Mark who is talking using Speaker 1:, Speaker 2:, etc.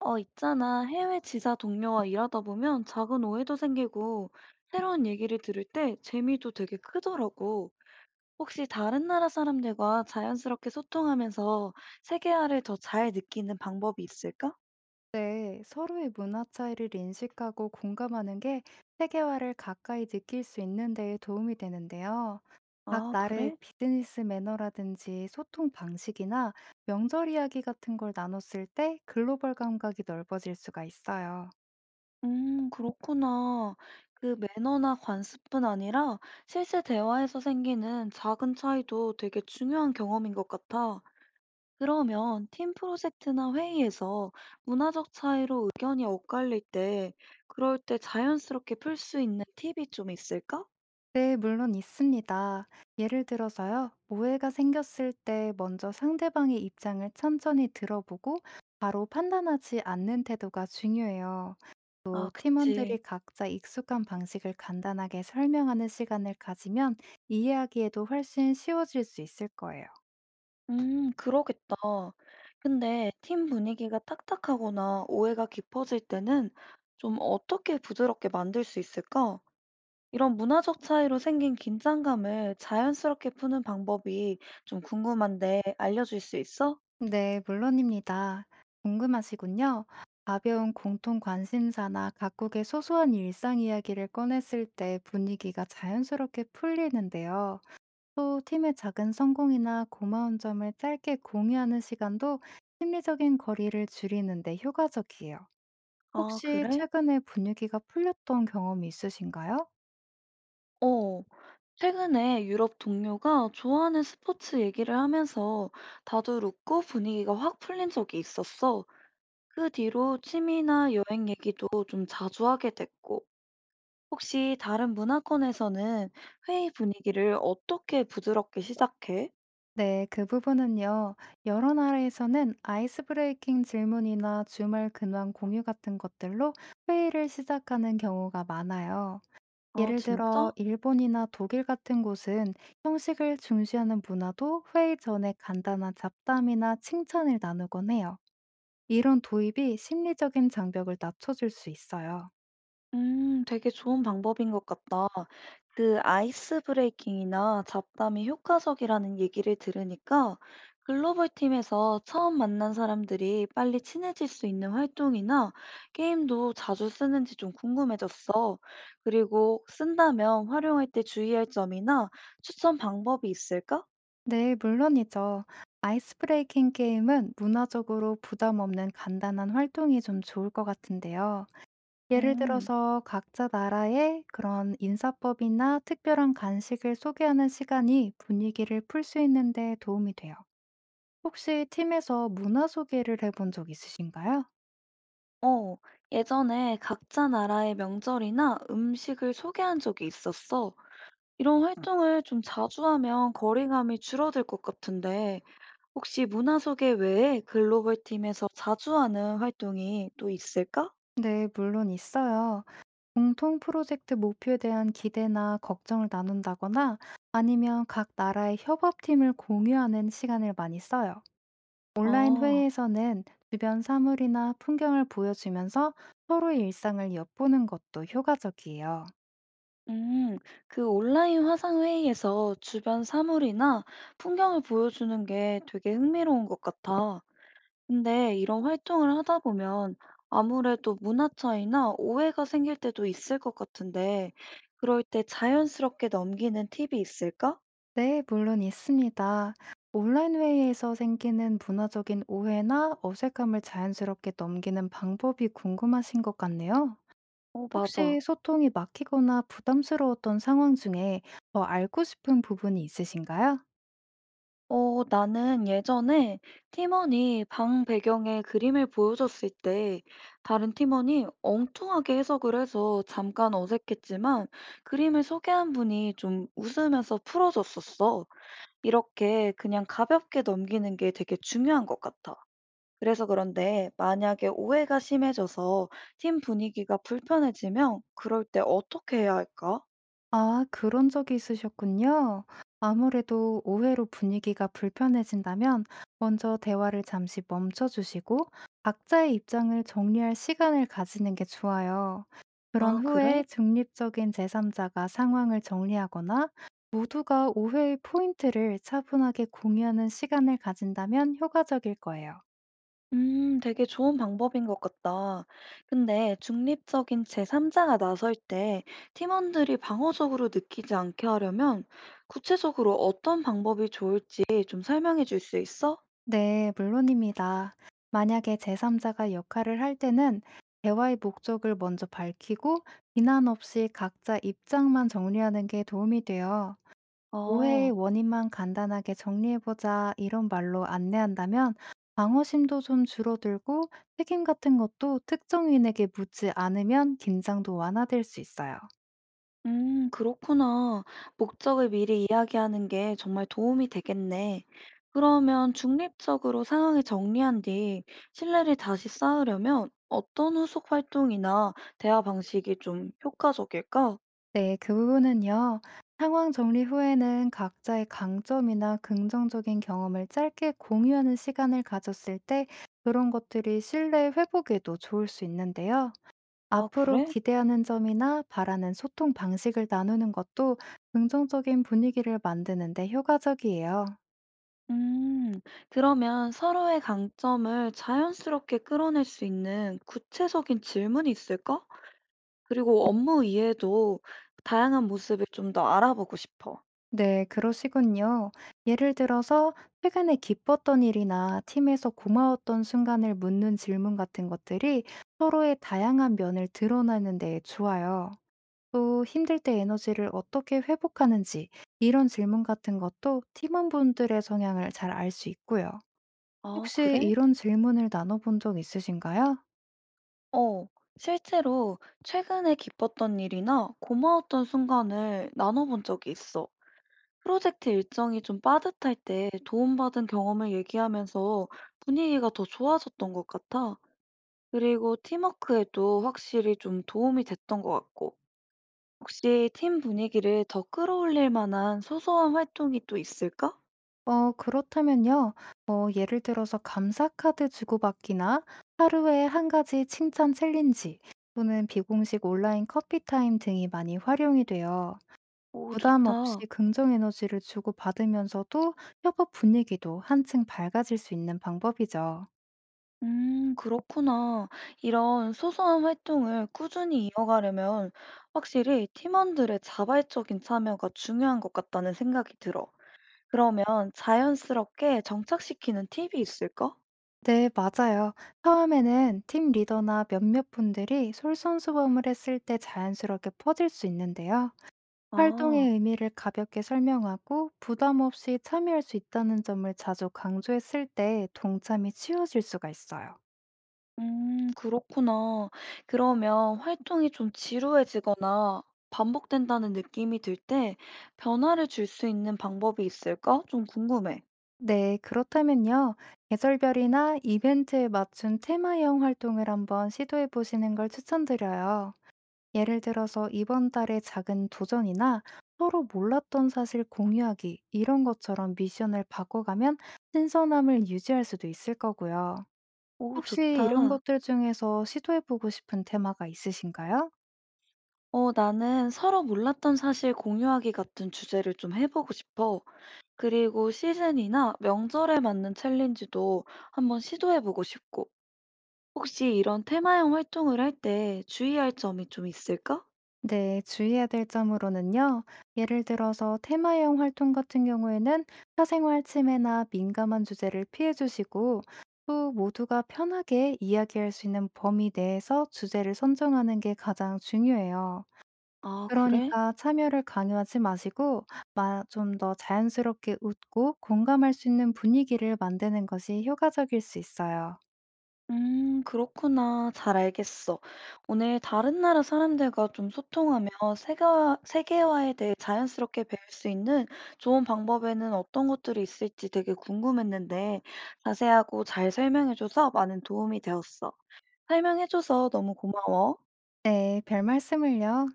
Speaker 1: 어, 있잖아. 해외 지사 동료와 일하다 보면 작은 오해도 생기고 새로운 얘기를 들을 때 재미도 되게 크더라고. 혹시 다른 나라 사람들과 자연스럽게 소통하면서 세계화를 더 잘 느끼는 방법이 있을까?
Speaker 2: 네, 서로의 문화 차이를 인식하고 공감하는 게 세계화를 가까이 느낄 수 있는 데에 도움이 되는데요. 각
Speaker 1: 아,
Speaker 2: 나라의
Speaker 1: 그래?
Speaker 2: 비즈니스 매너라든지 소통 방식이나 명절 이야기 같은 걸 나눴을 때 글로벌 감각이 넓어질 수가 있어요.
Speaker 1: 그렇구나. 그 매너나 관습뿐 아니라 실제 대화에서 생기는 작은 차이도 되게 중요한 경험인 것 같아. 그러면 팀 프로젝트나 회의에서 문화적 차이로 의견이 엇갈릴 때, 그럴 때 자연스럽게 풀 수 있는 팁이 좀 있을까?
Speaker 2: 네, 물론 있습니다. 예를 들어서요, 오해가 생겼을 때 먼저 상대방의 입장을 천천히 들어보고 바로 판단하지 않는 태도가 중요해요. 또
Speaker 1: 아, 그치.
Speaker 2: 팀원들이 각자 익숙한 방식을 간단하게 설명하는 시간을 가지면 이해하기에도 훨씬 쉬워질 수 있을 거예요.
Speaker 1: 그러겠다. 근데 팀 분위기가 딱딱하거나 오해가 깊어질 때는 좀 어떻게 부드럽게 만들 수 있을까? 이런 문화적 차이로 생긴 긴장감을 자연스럽게 푸는 방법이 좀 궁금한데 알려줄 수 있어?
Speaker 2: 네, 물론입니다. 궁금하시군요. 가벼운 공통 관심사나 각국의 소소한 일상 이야기를 꺼냈을 때 분위기가 자연스럽게 풀리는데요. 또 팀의 작은 성공이나 고마운 점을 짧게 공유하는 시간도 심리적인 거리를 줄이는 데 효과적이에요.
Speaker 1: 아,
Speaker 2: 혹시
Speaker 1: 그래?
Speaker 2: 최근에 분위기가 풀렸던 경험이 있으신가요?
Speaker 1: 어. 최근에 유럽 동료가 좋아하는 스포츠 얘기를 하면서 다들 웃고 분위기가 확 풀린 적이 있었어. 그 뒤로 취미나 여행 얘기도 좀 자주 하게 됐고, 혹시 다른 문화권에서는 회의 분위기를 어떻게 부드럽게 시작해?
Speaker 2: 네, 그 부분은요. 여러 나라에서는 아이스 브레이킹 질문이나 주말 근황 공유 같은 것들로 회의를 시작하는 경우가 많아요.
Speaker 1: 아,
Speaker 2: 예를 들어,
Speaker 1: 진짜?
Speaker 2: 일본이나 독일 같은 곳은 형식을 중시하는 문화도 회의 전에 간단한 잡담이나 칭찬을 나누곤 해요. 이런 도입이 심리적인 장벽을 낮춰줄 수 있어요.
Speaker 1: 되게 좋은 방법인 것 같다. 그 아이스 브레이킹이나 잡담이 효과적이라는 얘기를 들으니까 글로벌 팀에서 처음 만난 사람들이 빨리 친해질 수 있는 활동이나 게임도 자주 쓰는지 좀 궁금해졌어. 그리고 쓴다면 활용할 때 주의할 점이나 추천 방법이 있을까?
Speaker 2: 네, 물론이죠. 아이스 브레이킹 게임은 문화적으로 부담 없는 간단한 활동이 좀 좋을 것 같은데요. 예를
Speaker 1: 음,
Speaker 2: 들어서 각자 나라의 그런 인사법이나 특별한 간식을 소개하는 시간이 분위기를 풀 수 있는데 도움이 돼요. 혹시 팀에서 문화 소개를 해본 적 있으신가요?
Speaker 1: 어, 예전에 각자 나라의 명절이나 음식을 소개한 적이 있었어. 이런 활동을 좀 자주 하면 거리감이 줄어들 것 같은데, 혹시 문화 소개 외에 글로벌 팀에서 자주 하는 활동이 또 있을까?
Speaker 2: 네, 물론 있어요. 공통 프로젝트 목표에 대한 기대나 걱정을 나눈다거나 아니면 각 나라의 협업팀을 공유하는 시간을 많이 써요. 온라인
Speaker 1: 아,
Speaker 2: 회의에서는 주변 사물이나 풍경을 보여주면서 서로의 일상을 엿보는 것도 효과적이에요.
Speaker 1: 음, 그 온라인 화상회의에서 주변 사물이나 풍경을 보여주는 게 되게 흥미로운 것 같아. 근데 이런 활동을 하다 보면 아무래도 문화 차이나 오해가 생길 때도 있을 것 같은데, 그럴 때 자연스럽게 넘기는 팁이 있을까?
Speaker 2: 네, 물론 있습니다. 온라인 회의에서 생기는 문화적인 오해나 어색함을 자연스럽게 넘기는 방법이 궁금하신 것 같네요.
Speaker 1: 어, 맞아.
Speaker 2: 혹시 소통이 막히거나 부담스러웠던 상황 중에 더 알고 싶은 부분이 있으신가요?
Speaker 1: 어, 나는 예전에 팀원이 방 배경에 그림을 보여줬을 때 다른 팀원이 엉뚱하게 해석을 해서 잠깐 어색했지만 그림을 소개한 분이 좀 웃으면서 풀어줬었어. 이렇게 그냥 가볍게 넘기는 게 되게 중요한 것 같아. 그래서 그런데 만약에 오해가 심해져서 팀 분위기가 불편해지면 그럴 때 어떻게 해야 할까?
Speaker 2: 아, 그런 적이 있으셨군요. 아무래도 오해로 분위기가 불편해진다면 먼저 대화를 잠시 멈춰 주시고 각자의 입장을 정리할 시간을 가지는 게 좋아요. 그런
Speaker 1: 아,
Speaker 2: 후에
Speaker 1: 그래?
Speaker 2: 중립적인 제3자가 상황을 정리하거나 모두가 오해의 포인트를 차분하게 공유하는 시간을 가진다면 효과적일 거예요.
Speaker 1: 되게 좋은 방법인 것 같다. 근데 중립적인 제3자가 나설 때 팀원들이 방어적으로 느끼지 않게 하려면 구체적으로 어떤 방법이 좋을지 좀 설명해 줄 수 있어?
Speaker 2: 네, 물론입니다. 만약에 제3자가 역할을 할 때는 대화의 목적을 먼저 밝히고 비난 없이 각자 입장만 정리하는 게 도움이 돼요.
Speaker 1: 아,
Speaker 2: 오해의 원인만 간단하게 정리해보자 이런 말로 안내한다면 방어심도 좀 줄어들고 책임 같은 것도 특정인에게 묻지 않으면 긴장도 완화될 수 있어요.
Speaker 1: 그렇구나. 목적을 미리 이야기하는 게 정말 도움이 되겠네. 그러면 중립적으로 상황을 정리한 뒤 신뢰를 다시 쌓으려면 어떤 후속 활동이나 대화 방식이 좀 효과적일까?
Speaker 2: 네, 그 부분은요. 상황 정리 후에는 각자의 강점이나 긍정적인 경험을 짧게 공유하는 시간을 가졌을 때 그런 것들이 신뢰 회복에도 좋을 수 있는데요.
Speaker 1: 아,
Speaker 2: 앞으로
Speaker 1: 그래?
Speaker 2: 기대하는 점이나 바라는 소통 방식을 나누는 것도 긍정적인 분위기를 만드는데 효과적이에요.
Speaker 1: 음, 그러면 서로의 강점을 자연스럽게 끌어낼 수 있는 구체적인 질문이 있을까? 그리고 업무 이외에도 다양한 모습을 좀 더 알아보고 싶어.
Speaker 2: 네, 그러시군요. 예를 들어서 최근에 기뻤던 일이나 팀에서 고마웠던 순간을 묻는 질문 같은 것들이 서로의 다양한 면을 드러내는 데 좋아요. 또 힘들 때 에너지를 어떻게 회복하는지 이런 질문 같은 것도 팀원분들의 성향을 잘 알 수 있고요.
Speaker 1: 아,
Speaker 2: 혹시
Speaker 1: 그래?
Speaker 2: 이런 질문을 나눠본 적 있으신가요?
Speaker 1: 어, 실제로 최근에 기뻤던 일이나 고마웠던 순간을 나눠본 적이 있어. 프로젝트 일정이 좀 빠듯할 때 도움받은 경험을 얘기하면서 분위기가 더 좋아졌던 것 같아. 그리고 팀워크에도 확실히 좀 도움이 됐던 것 같고. 혹시 팀 분위기를 더 끌어올릴 만한 소소한 활동이 또 있을까?
Speaker 2: 어, 그렇다면요. 어, 예를 들어서 감사카드 주고받기나 하루에 한 가지 칭찬 챌린지 또는 비공식 온라인 커피 타임 등이 많이 활용이 돼요.
Speaker 1: 오,
Speaker 2: 부담 없이
Speaker 1: 좋다.
Speaker 2: 긍정 에너지를 주고받으면서도 협업 분위기도 한층 밝아질 수 있는 방법이죠.
Speaker 1: 그렇구나. 이런 소소한 활동을 꾸준히 이어가려면 확실히 팀원들의 자발적인 참여가 중요한 것 같다는 생각이 들어. 그러면 자연스럽게 정착시키는 팁이 있을까?
Speaker 2: 네, 맞아요. 처음에는 팀 리더나 몇몇 분들이 솔선수범을 했을 때 자연스럽게 퍼질 수 있는데요.
Speaker 1: 아.
Speaker 2: 활동의 의미를 가볍게 설명하고 부담 없이 참여할 수 있다는 점을 자주 강조했을 때 동참이 쉬워질 수가 있어요.
Speaker 1: 그렇구나. 그러면 활동이 좀 지루해지거나 반복된다는 느낌이 들 때 변화를 줄 수 있는 방법이 있을까? 좀 궁금해.
Speaker 2: 네, 그렇다면요. 계절별이나 이벤트에 맞춘 테마형 활동을 한번 시도해 보시는 걸 추천드려요. 예를 들어서 이번 달의 작은 도전이나 서로 몰랐던 사실 공유하기 이런 것처럼 미션을 바꿔가면 신선함을 유지할 수도 있을 거고요.
Speaker 1: 오,
Speaker 2: 혹시 이런
Speaker 1: 좋다.
Speaker 2: 것들 중에서 시도해 보고 싶은 테마가 있으신가요?
Speaker 1: 어, 나는 서로 몰랐던 사실 공유하기 같은 주제를 좀 해보고 싶어. 그리고 시즌이나 명절에 맞는 챌린지도 한번 시도해보고 싶고. 혹시 이런 테마형 활동을 할 때 주의할 점이 좀 있을까?
Speaker 2: 네, 주의해야 될 점으로는요. 예를 들어서 테마형 활동 같은 경우에는 사생활 침해나 민감한 주제를 피해 주시고 또 모두가 편하게 이야기할 수 있는 범위 내에서 주제를 선정하는 게 가장 중요해요.
Speaker 1: 아, 그래?
Speaker 2: 그러니까 참여를 강요하지 마시고 좀 더 자연스럽게 웃고 공감할 수 있는 분위기를 만드는 것이 효과적일 수 있어요.
Speaker 1: 그렇구나. 잘 알겠어. 오늘 다른 나라 사람들과 좀 소통하며 세계화, 세계화에 대해 자연스럽게 배울 수 있는 좋은 방법에는 어떤 것들이 있을지 되게 궁금했는데 자세하고 잘 설명해줘서 많은 도움이 되었어. 설명해줘서 너무 고마워.
Speaker 2: 네, 별 말씀을요.